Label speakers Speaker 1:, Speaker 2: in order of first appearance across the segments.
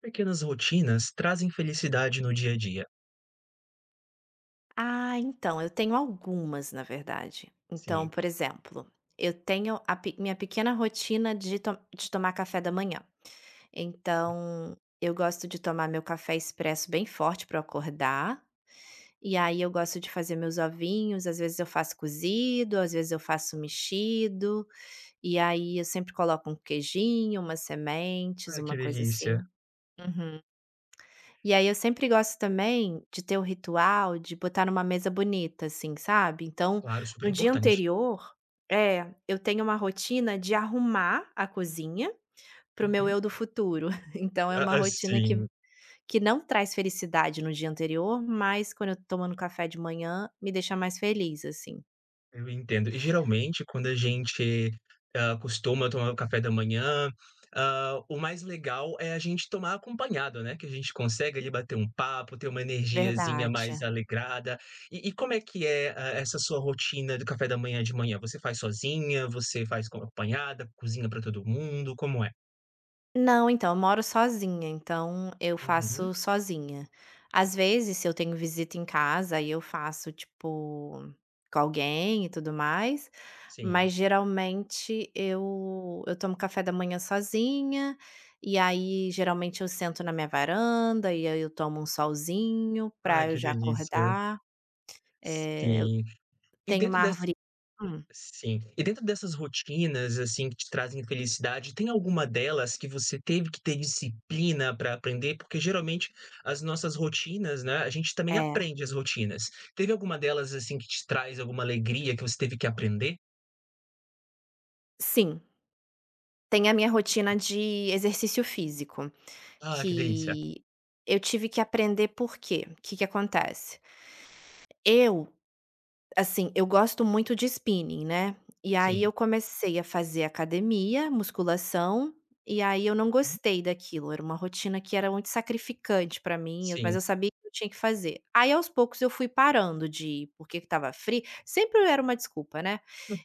Speaker 1: Pequenas rotinas trazem felicidade no dia a dia.
Speaker 2: Ah, então, eu tenho algumas, na verdade. Então,
Speaker 1: Sim.
Speaker 2: por exemplo, eu tenho a minha pequena rotina de, de tomar café da manhã. Então, eu gosto de tomar meu café expresso bem forte para acordar. E aí, eu gosto de fazer meus ovinhos. Às vezes, eu faço cozido, às vezes, eu faço mexido. E aí, eu sempre coloco um queijinho, umas sementes,
Speaker 1: Ai, que
Speaker 2: uma coisa
Speaker 1: delícia.
Speaker 2: assim. Uhum. E aí eu sempre gosto também de ter o ritual de botar numa mesa bonita, assim, sabe. Então,
Speaker 1: Claro, super
Speaker 2: no dia
Speaker 1: importante.
Speaker 2: anterior é, eu tenho uma rotina de arrumar a cozinha para o meu
Speaker 1: Uhum.
Speaker 2: eu do futuro. Então é uma
Speaker 1: A
Speaker 2: rotina que
Speaker 1: assim,
Speaker 2: que não traz felicidade no dia anterior, mas quando eu tô tomando café de manhã, me deixa mais feliz, assim.
Speaker 1: eu entendo. E geralmente quando a gente, costuma tomar o café da manhã, o mais legal é a gente tomar acompanhado, né, que a gente consegue ali bater um papo, ter uma energiazinha
Speaker 2: Verdade.
Speaker 1: mais alegrada. E como é que é, essa sua rotina do café da manhã de manhã? Você faz sozinha? Você faz com acompanhada? Cozinha para todo mundo? Como é?
Speaker 2: Não, então, eu moro sozinha, então eu
Speaker 1: Uhum.
Speaker 2: faço sozinha. Às vezes, se eu tenho visita em casa, aí eu faço, tipo, com alguém e tudo mais,
Speaker 1: Sim.
Speaker 2: mas geralmente eu tomo café da manhã sozinha, e aí geralmente eu sento na minha varanda, e aí eu tomo um solzinho
Speaker 1: Ai,
Speaker 2: pra eu
Speaker 1: que
Speaker 2: já
Speaker 1: delícia.
Speaker 2: acordar. Eu
Speaker 1: Sim. E
Speaker 2: tenho
Speaker 1: dentro
Speaker 2: uma
Speaker 1: dessas,
Speaker 2: árvore hum,
Speaker 1: sim. E dentro dessas rotinas, assim, que te trazem felicidade, tem alguma delas que você teve que ter disciplina para aprender? Porque geralmente as nossas rotinas, né, a gente também
Speaker 2: é.
Speaker 1: aprende as rotinas. Teve alguma delas, assim, que te traz alguma alegria que você teve que aprender?
Speaker 2: Sim, tem a minha rotina de exercício físico.
Speaker 1: Ah, que delícia.
Speaker 2: Que eu tive que aprender por quê? O que que acontece? Eu, assim, eu gosto muito de spinning, né, e aí
Speaker 1: Sim.
Speaker 2: eu comecei a fazer academia, musculação, e aí eu não
Speaker 1: Hum,
Speaker 2: gostei daquilo, era uma rotina que era muito sacrificante pra mim, eu mas
Speaker 1: sim.
Speaker 2: eu sabia que eu tinha que fazer. Aí aos poucos eu fui parando de ir, porque estava frio. Sempre era uma desculpa, né.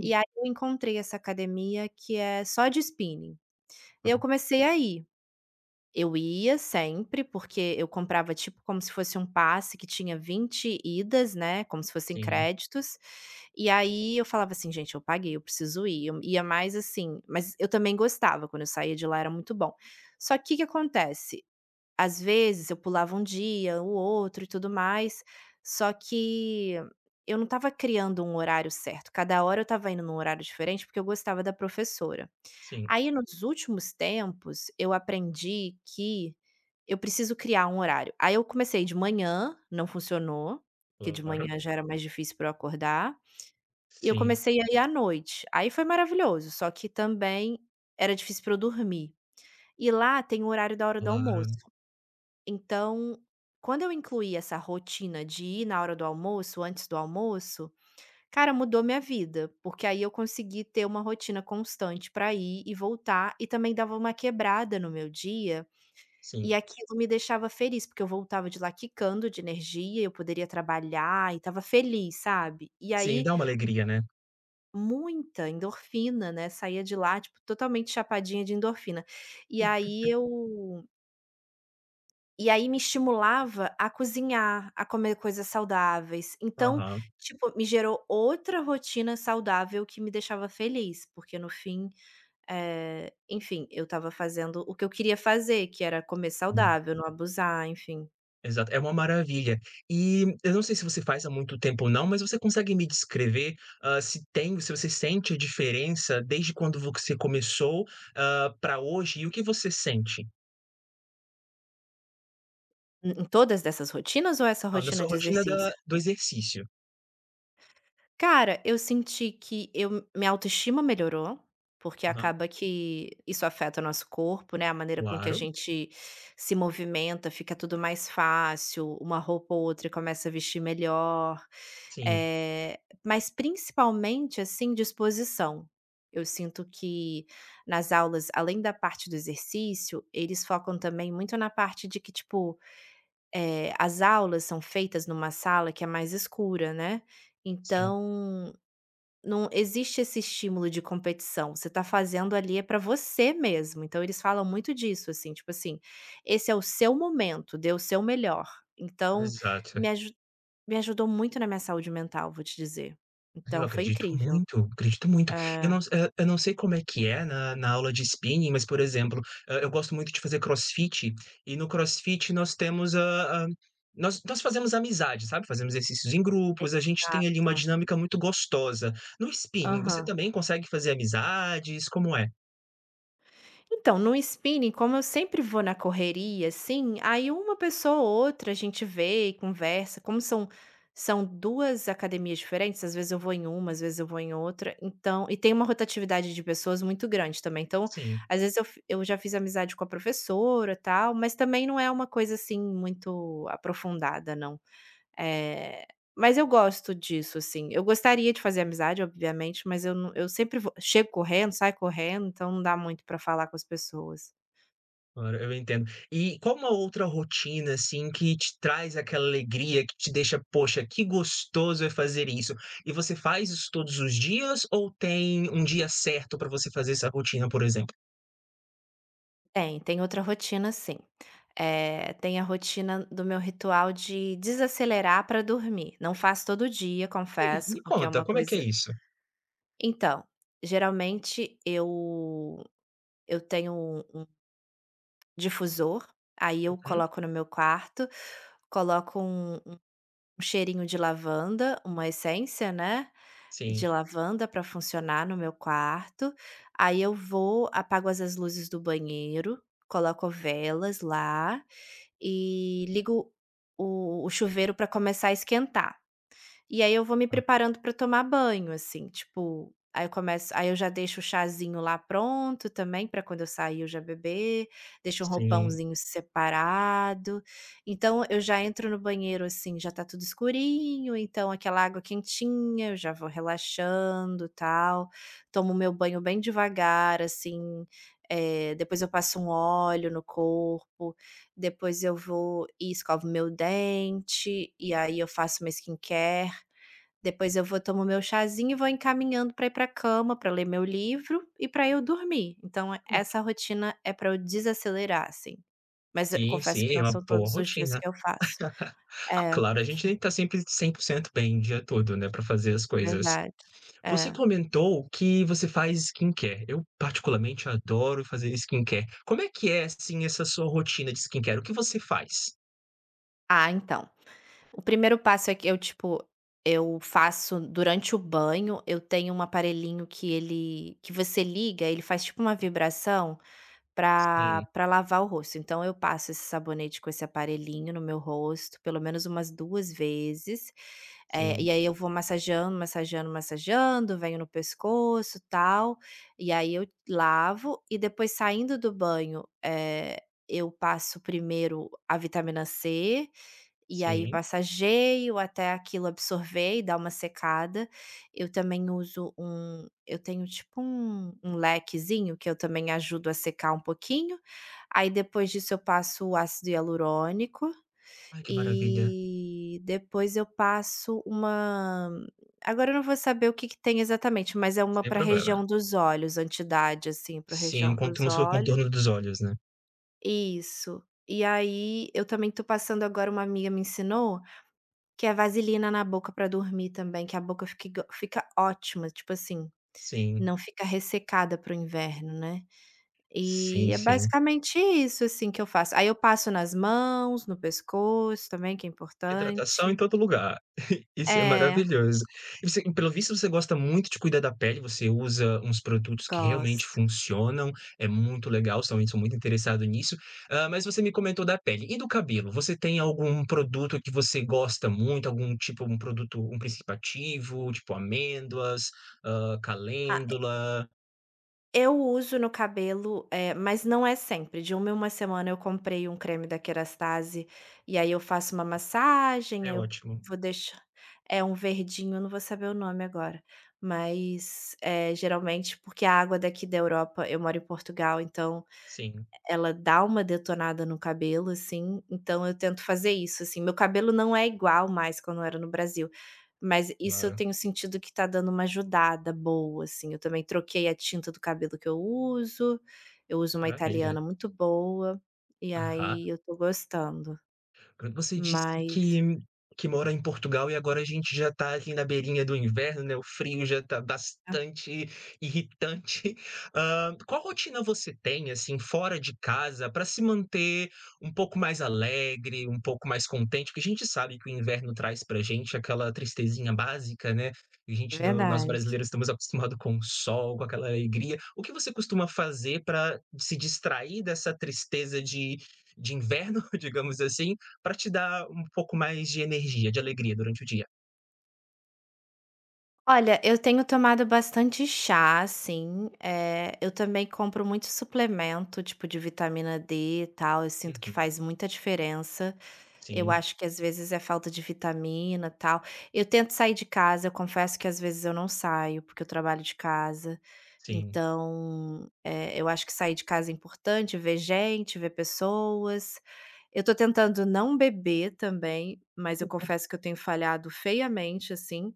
Speaker 2: E aí eu encontrei essa academia que é só de spinning, eu
Speaker 1: Então,
Speaker 2: comecei aí. Eu ia sempre, porque eu comprava tipo como se fosse um passe que tinha 20 idas, né, como se fossem
Speaker 1: sim,
Speaker 2: créditos, e aí eu falava assim: "Gente, eu paguei, eu preciso ir", eu ia mais assim mas eu também gostava, quando eu saía de lá era muito bom. Só que o que acontece, às vezes eu pulava um dia, o outro e tudo mais, só que eu não estava criando um horário certo, cada hora eu estava indo num horário diferente, porque eu gostava da professora.
Speaker 1: sim.
Speaker 2: Aí, nos últimos tempos, eu aprendi que eu preciso criar um horário. Aí eu comecei de manhã, não funcionou, porque de
Speaker 1: Claro.
Speaker 2: manhã já era mais difícil para eu acordar, e eu
Speaker 1: Sim,
Speaker 2: comecei a ir à noite. Aí foi maravilhoso, só que também era difícil para eu dormir. E lá tem o horário da hora do almoço.
Speaker 1: claro.
Speaker 2: Então, quando eu incluí essa rotina de ir na hora do almoço, antes do almoço, cara, mudou minha vida, porque aí eu consegui ter uma rotina constante para ir e voltar, e também dava uma quebrada no meu dia, e
Speaker 1: Sim.
Speaker 2: aquilo me deixava feliz, porque eu voltava de lá quicando de energia, eu poderia trabalhar e estava feliz, sabe. E
Speaker 1: Sim,
Speaker 2: aí,
Speaker 1: dá uma alegria, né.
Speaker 2: muita endorfina, né, saía de lá, tipo, totalmente chapadinha de endorfina. E aí eu e aí me estimulava a cozinhar, a comer coisas saudáveis. Então,
Speaker 1: Aham.
Speaker 2: tipo, me gerou outra rotina saudável que me deixava feliz, porque no fim, enfim, eu estava fazendo o que eu queria fazer, que era comer saudável, não abusar, enfim.
Speaker 1: Exato, é uma maravilha. E eu não sei se você faz há muito tempo ou não, mas você consegue me descrever, se tem se você sente a diferença desde quando você começou, para hoje e o que você sente?
Speaker 2: Em todas dessas rotinas ou essa
Speaker 1: Ah, na
Speaker 2: rotina
Speaker 1: sua
Speaker 2: de
Speaker 1: rotina da
Speaker 2: exercício?
Speaker 1: do exercício.
Speaker 2: Cara, eu senti que eu minha autoestima melhorou, porque
Speaker 1: Aham.
Speaker 2: acaba que isso afeta o nosso corpo, né, a maneira com que a
Speaker 1: Claro.
Speaker 2: gente se movimenta, fica tudo mais fácil, uma roupa ou outra começa a vestir melhor,
Speaker 1: Sim,
Speaker 2: eh, mas principalmente, assim, disposição. Eu sinto que nas aulas, além da parte do exercício, eles focam também muito na parte de que, tipo, as aulas são feitas numa sala que é mais escura, né,
Speaker 1: sim.
Speaker 2: então não existe esse estímulo de competição, você tá fazendo ali é para você mesmo, então eles falam muito disso, assim, tipo assim: "Esse é o seu momento, dê o seu melhor". Então
Speaker 1: Exato.
Speaker 2: me aju me ajudou muito na minha saúde mental, vou te dizer.
Speaker 1: Eu
Speaker 2: Então foi
Speaker 1: acredito
Speaker 2: incrível.
Speaker 1: muito, acredito muito. Eu
Speaker 2: É,
Speaker 1: não eu eu não sei como é que é na aula de spinning, mas, por exemplo, eu gosto muito de fazer crossfit, e no crossfit nós temos a nós nós fazemos amizade, sabe, fazemos exercícios em grupos, a gente tem ali uma
Speaker 2: exato.
Speaker 1: dinâmica muito gostosa. No spinning, você
Speaker 2: Aham.
Speaker 1: também consegue fazer amizades, como é?
Speaker 2: Então, no spinning, como eu sempre vou na correria, assim, aí uma pessoa ou outra a gente vê e conversa. Como são 2 academias diferentes, às vezes eu vou em uma, às vezes eu vou em outra, então e tem uma rotatividade de pessoas muito grande também. Então,
Speaker 1: Sim.
Speaker 2: às vezes eu já fiz amizade com a professora, tal, mas também não é uma coisa, assim, muito aprofundada, não. Eh, mas eu gosto disso, assim. Eu gostaria de fazer amizade, obviamente, mas eu não eu sempre vou chego correndo, saio correndo, então não dá muito pra falar com as pessoas.
Speaker 1: Claro, eu entendo. E qual uma outra rotina, assim, que te traz aquela alegria, que te deixa: "Poxa, que gostoso é fazer isso"? E você faz isso todos os dias ou tem um dia certo para você fazer essa rotina, por exemplo?
Speaker 2: Tem, tem outra rotina sim. Tem a rotina do meu ritual de desacelerar para dormir. Não faço todo dia,
Speaker 1: Aí,
Speaker 2: confesso,
Speaker 1: me
Speaker 2: porque é
Speaker 1: conta,
Speaker 2: uma
Speaker 1: como é que é
Speaker 2: coisa
Speaker 1: isso?
Speaker 2: então, geralmente eu tenho um difusor, aí eu
Speaker 1: Uhum.
Speaker 2: coloco no meu quarto, coloco um um cheirinho de lavanda, uma essência, né, de
Speaker 1: Sim.
Speaker 2: lavanda para funcionar no meu quarto. Aí eu vou, apago as luzes do banheiro, coloco velas lá e ligo o chuveiro para começar a esquentar. E aí eu vou me
Speaker 1: Ah,
Speaker 2: preparando para tomar banho, assim, tipo, aí eu começo aí eu já deixo o chazinho lá pronto também para quando eu sair eu já beber, deixo um
Speaker 1: sim.
Speaker 2: roupãozinho separado. Então eu já entro no banheiro, assim, já tá tudo escurinho, então aquela água quentinha, eu já vou relaxando, tal. Tomo meu banho bem devagar, assim, depois eu passo um óleo no corpo, depois eu vou e escovo meu dente, e aí eu faço uma skincare. Depois eu vou tomo meu chazinho e vou encaminhando para ir pra cama, para ler meu livro e para eu dormir. Então é essa rotina é para eu desacelerar, assim. Mas eu
Speaker 1: Sim,
Speaker 2: confesso
Speaker 1: sim,
Speaker 2: que
Speaker 1: é
Speaker 2: não
Speaker 1: uma
Speaker 2: são
Speaker 1: boa
Speaker 2: todos os dias
Speaker 1: rotina.
Speaker 2: que eu faço.
Speaker 1: Ah,
Speaker 2: É,
Speaker 1: claro, a gente tem que estar sempre 100% bem o dia todo, né, para fazer as coisas.
Speaker 2: verdade.
Speaker 1: Você
Speaker 2: É.
Speaker 1: comentou que você faz skincare. Eu particularmente adoro fazer skincare. Como é que é, assim, essa sua rotina de skincare? O que você faz?
Speaker 2: Ah, então, o primeiro passo é que eu, tipo, eu faço durante o banho, eu tenho um aparelhinho que ele que você liga, ele faz tipo uma vibração para
Speaker 1: Sim,
Speaker 2: para lavar o rosto. Então eu passo esse sabonete com esse aparelhinho no meu rosto, pelo menos umas 2 vezes,
Speaker 1: sim,
Speaker 2: e aí eu vou massageando, massageando, massageando, venho no pescoço, tal, e aí eu lavo e depois saindo do banho, eu passo primeiro a vitamina C, e aí
Speaker 1: sim.
Speaker 2: massageio até aquilo absorver e dar uma secada. Eu também uso um eu tenho tipo um um lequezinho que eu também ajudo a secar um pouquinho, aí depois disso eu passo o ácido hialurônico,
Speaker 1: Ai, que maravilha.
Speaker 2: e depois eu passo uma agora eu não vou saber o que que tem exatamente, mas é uma
Speaker 1: Sem
Speaker 2: pra
Speaker 1: problema.
Speaker 2: região dos olhos, anti-idade, assim, pra
Speaker 1: Sim, é um
Speaker 2: região dos
Speaker 1: contorno, seu
Speaker 2: olhos.
Speaker 1: contorno dos olhos, né?
Speaker 2: Isso. E aí eu também tô passando agora uma amiga me ensinou que é vaselina na boca pra dormir também, que a boca fica igo fica ótima, tipo assim,
Speaker 1: Sim,
Speaker 2: não fica ressecada para o inverno, né. E
Speaker 1: sim,
Speaker 2: é
Speaker 1: sim.
Speaker 2: basicamente isso, assim, que eu faço. Aí eu passo nas mãos, no pescoço também, que é
Speaker 1: Hidratação em
Speaker 2: importante.
Speaker 1: todo lugar. Isso é
Speaker 2: É,
Speaker 1: maravilhoso. E você pelo visto você gosta muito de cuidar da pele, você usa uns produtos que realmente
Speaker 2: gosto.
Speaker 1: funcionam, é muito legal, somente sou muito interessado nisso. Mas você me comentou da pele. E do cabelo? Você tem algum produto que você gosta muito, algum tipo um produto, um principativo, tipo amêndoas, calêndula?
Speaker 2: Eu uso no cabelo, mas não é sempre, de uma em uma semana eu comprei um creme da Kerastase, e aí eu faço uma massagem,
Speaker 1: É
Speaker 2: aí eu
Speaker 1: ótimo.
Speaker 2: vou deixar é um verdinho, eu não vou saber o nome agora, mas, geralmente porque a água daqui da Europa eu moro em Portugal, então
Speaker 1: Sim,
Speaker 2: ela dá uma detonada no cabelo, assim, então eu tento fazer isso, assim. Meu cabelo não é igual mais quando era no Brasil, mas isso eu
Speaker 1: claro.
Speaker 2: tenho sentido que tá dando uma ajudada boa, assim. Eu também troquei a tinta do cabelo que eu uso uma
Speaker 1: Maravilha.
Speaker 2: italiana muito boa, e
Speaker 1: Aham.
Speaker 2: aí eu tô gostando,
Speaker 1: Quando você disse
Speaker 2: mas
Speaker 1: que mora em Portugal e agora a gente já está ali na beirinha do inverno, né, o frio já está
Speaker 2: ah,
Speaker 1: bastante irritante. Qual rotina você tem, assim, fora de casa para se manter um pouco mais alegre, um pouco mais contente? Porque a gente sabe que o inverno traz pra gente aquela tristezinha básica, né, a
Speaker 2: é
Speaker 1: gente no nós
Speaker 2: verdade.
Speaker 1: brasileiros estamos acostumados com o sol, com aquela alegria. O que você costuma fazer para se distrair dessa tristeza de inverno, digamos assim, pra te dar um pouco mais de energia, de alegria durante o dia.
Speaker 2: Olha, eu tenho tomado bastante chá, assim, eu também compro muito suplemento, tipo de vitamina D e tal, eu sinto que
Speaker 1: Uhum.
Speaker 2: faz muita diferença. Eu
Speaker 1: Sim,
Speaker 2: acho que às vezes é falta de vitamina, e tal. Eu tento sair de casa, eu confesso que às vezes eu não saio, porque eu trabalho de casa.
Speaker 1: sim.
Speaker 2: Então, eu acho que sair de casa é importante, ver gente, ver pessoas. Eu tô tentando não beber também, mas eu confesso que eu tenho falhado feiamente, assim.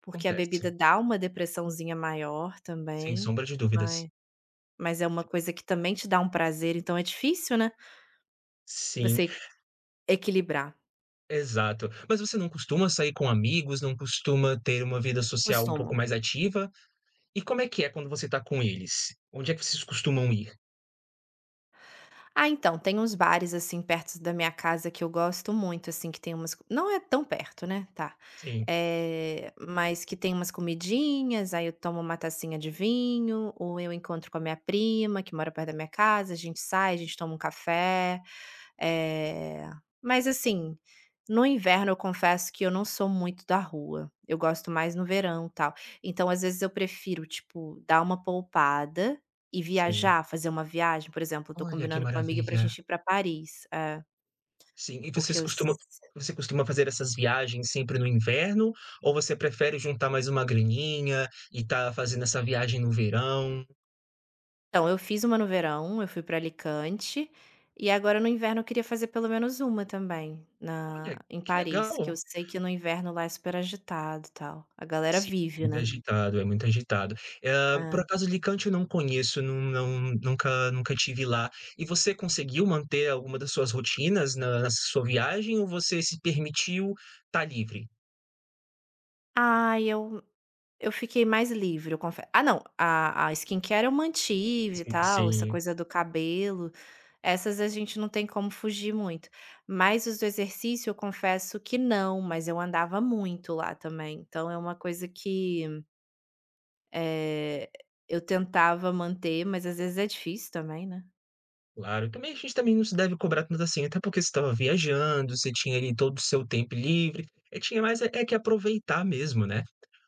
Speaker 2: Porque a
Speaker 1: Acontece,
Speaker 2: bebida dá uma depressãozinha maior
Speaker 1: sem
Speaker 2: também,
Speaker 1: sombra de dúvidas.
Speaker 2: mas mas é uma coisa que também te dá um prazer, então é difícil, né,
Speaker 1: Sim,
Speaker 2: você equilibrar.
Speaker 1: exato. Mas você não costuma sair com amigos, não costuma ter uma vida social um pouco
Speaker 2: Costuma.
Speaker 1: mais ativa? E como é que é quando você tá com eles? Onde é que vocês costumam ir?
Speaker 2: Ah, então, tem uns bares, assim, perto da minha casa que eu gosto muito, assim, que tem umas co- não é tão perto, né, tá.
Speaker 1: Sim,
Speaker 2: Mas que tem umas comidinhas, aí eu tomo uma tacinha de vinho, ou eu encontro com a minha prima, que mora perto da minha casa, a gente sai, a gente toma um café. Eh, mas assim, no inverno eu confesso que eu não sou muito da rua, eu gosto mais no verão, tal. Então, às vezes, eu prefiro, tipo, dar uma poupada e
Speaker 1: sim.
Speaker 2: viajar, fazer uma viagem, por exemplo, eu tô
Speaker 1: Olha que
Speaker 2: combinando com uma amiga pra
Speaker 1: maravilha.
Speaker 2: gente ir pra Paris, é,
Speaker 1: Sim,
Speaker 2: porque eu s
Speaker 1: você costuma fazer essas viagens sempre no inverno, ou você prefere juntar mais uma graninha e tá fazendo essa viagem no verão?
Speaker 2: então, eu fiz uma no verão, eu fui pra Alicante, e agora no inverno eu queria fazer pelo menos uma também na
Speaker 1: Olha,
Speaker 2: em
Speaker 1: que
Speaker 2: Paris, que eu
Speaker 1: legal.
Speaker 2: sei que no inverno lá é super agitado, e tal. A galera
Speaker 1: Sim,
Speaker 2: vive,
Speaker 1: muito
Speaker 2: né.
Speaker 1: agitado, é muito agitado. Eh, por
Speaker 2: É.
Speaker 1: acaso Alicante eu não conheço, não nunca tive lá. E você conseguiu manter alguma das suas rotinas na nessa sua viagem ou você se permitiu estar livre?
Speaker 2: Ai, Eu fiquei mais livre, eu confesso. Ah não, a skincare eu mantive e
Speaker 1: Sim,
Speaker 2: tal, essa
Speaker 1: sim.
Speaker 2: coisa do cabelo, essas a gente não tem como fugir muito. Mas os do exercício eu confesso que não, mas eu andava muito lá também, então é uma coisa que, eh, eu tentava manter, mas às vezes é difícil também, né.
Speaker 1: Claro, também a gente também não se deve cobrar tanto assim, até porque você estava viajando, você tinha ali todo o seu tempo livre, é tinha mais é é que aproveitar mesmo, né.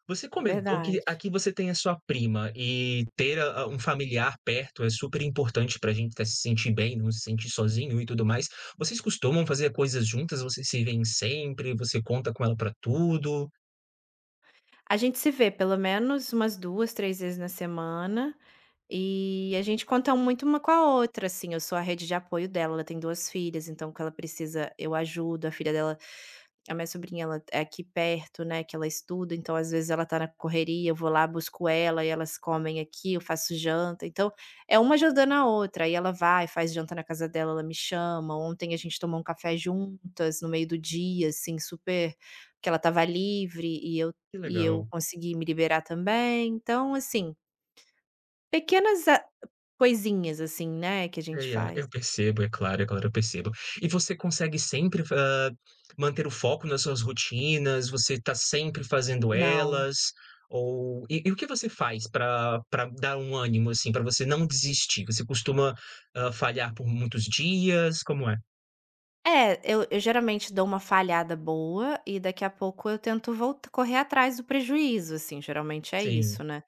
Speaker 1: Você
Speaker 2: É
Speaker 1: comentou que
Speaker 2: verdade.
Speaker 1: aqui você tem a sua prima e ter a um familiar perto é super importante para a gente até se sentir bem, não se sentir sozinho e tudo mais. Vocês costumam fazer coisas juntas? Vocês se veem sempre? Você conta com ela para tudo?
Speaker 2: A gente se vê pelo menos umas 2, 3 vezes na semana, e a gente conta muito uma com a outra, assim, eu sou a rede de apoio dela, ela tem 2 filhas, então o que ela precisa eu ajudo, a filha dela a minha sobrinha ela é aqui perto, né, que ela estuda, então às vezes ela tá na correria, eu vou lá, busco ela e elas comem aqui, eu faço janta, então é uma ajudando a outra, aí ela vai, faz janta na casa dela, ela me chama, ontem a gente tomou um café juntas no meio do dia, assim, super porque ela estava livre
Speaker 1: Que
Speaker 2: e eu
Speaker 1: legal.
Speaker 2: consegui me liberar também, então assim, pequenas a coisinhas assim, né, que a gente
Speaker 1: Ai, ah,
Speaker 2: faz.
Speaker 1: eu percebo, é claro, eu percebo. E você consegue sempre, manter o foco nas suas rotinas? Você está sempre fazendo
Speaker 2: Não.
Speaker 1: elas? Ou o que você faz para pra dar um ânimo, assim, para você não desistir? Você costuma, falhar por muitos dias? Como é?
Speaker 2: É, eu geralmente dou uma falhada boa e daqui a pouco eu tento voltar correr atrás do prejuízo, assim, geralmente é
Speaker 1: Sim,
Speaker 2: isso, né.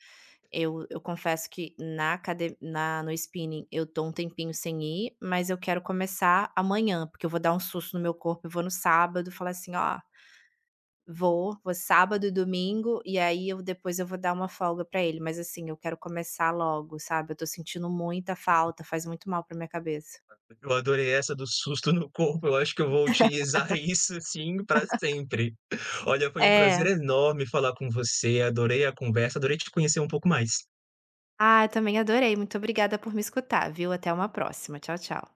Speaker 2: Eu confesso que na acade na no spinning eu tô um tempinho sem ir, mas eu quero começar amanhã, porque eu vou dar um susto no meu corpo e vou no sábado falar assim: "Ó". Vou, vou sábado e domingo, e aí eu depois eu vou dar uma folga pra ele, mas assim, eu quero começar logo, sabe, eu tô sentindo muita falta, faz muito mal pra minha cabeça.
Speaker 1: eu adorei essa do susto no corpo, eu acho que eu vou utilizar isso, sim, para sempre. Olha, foi um prazer
Speaker 2: É.
Speaker 1: enorme falar com você, adorei a conversa, adorei te conhecer um pouco mais.
Speaker 2: Ah, eu também adorei, muito obrigada por me escutar, viu. Até uma próxima. Tchau, tchau.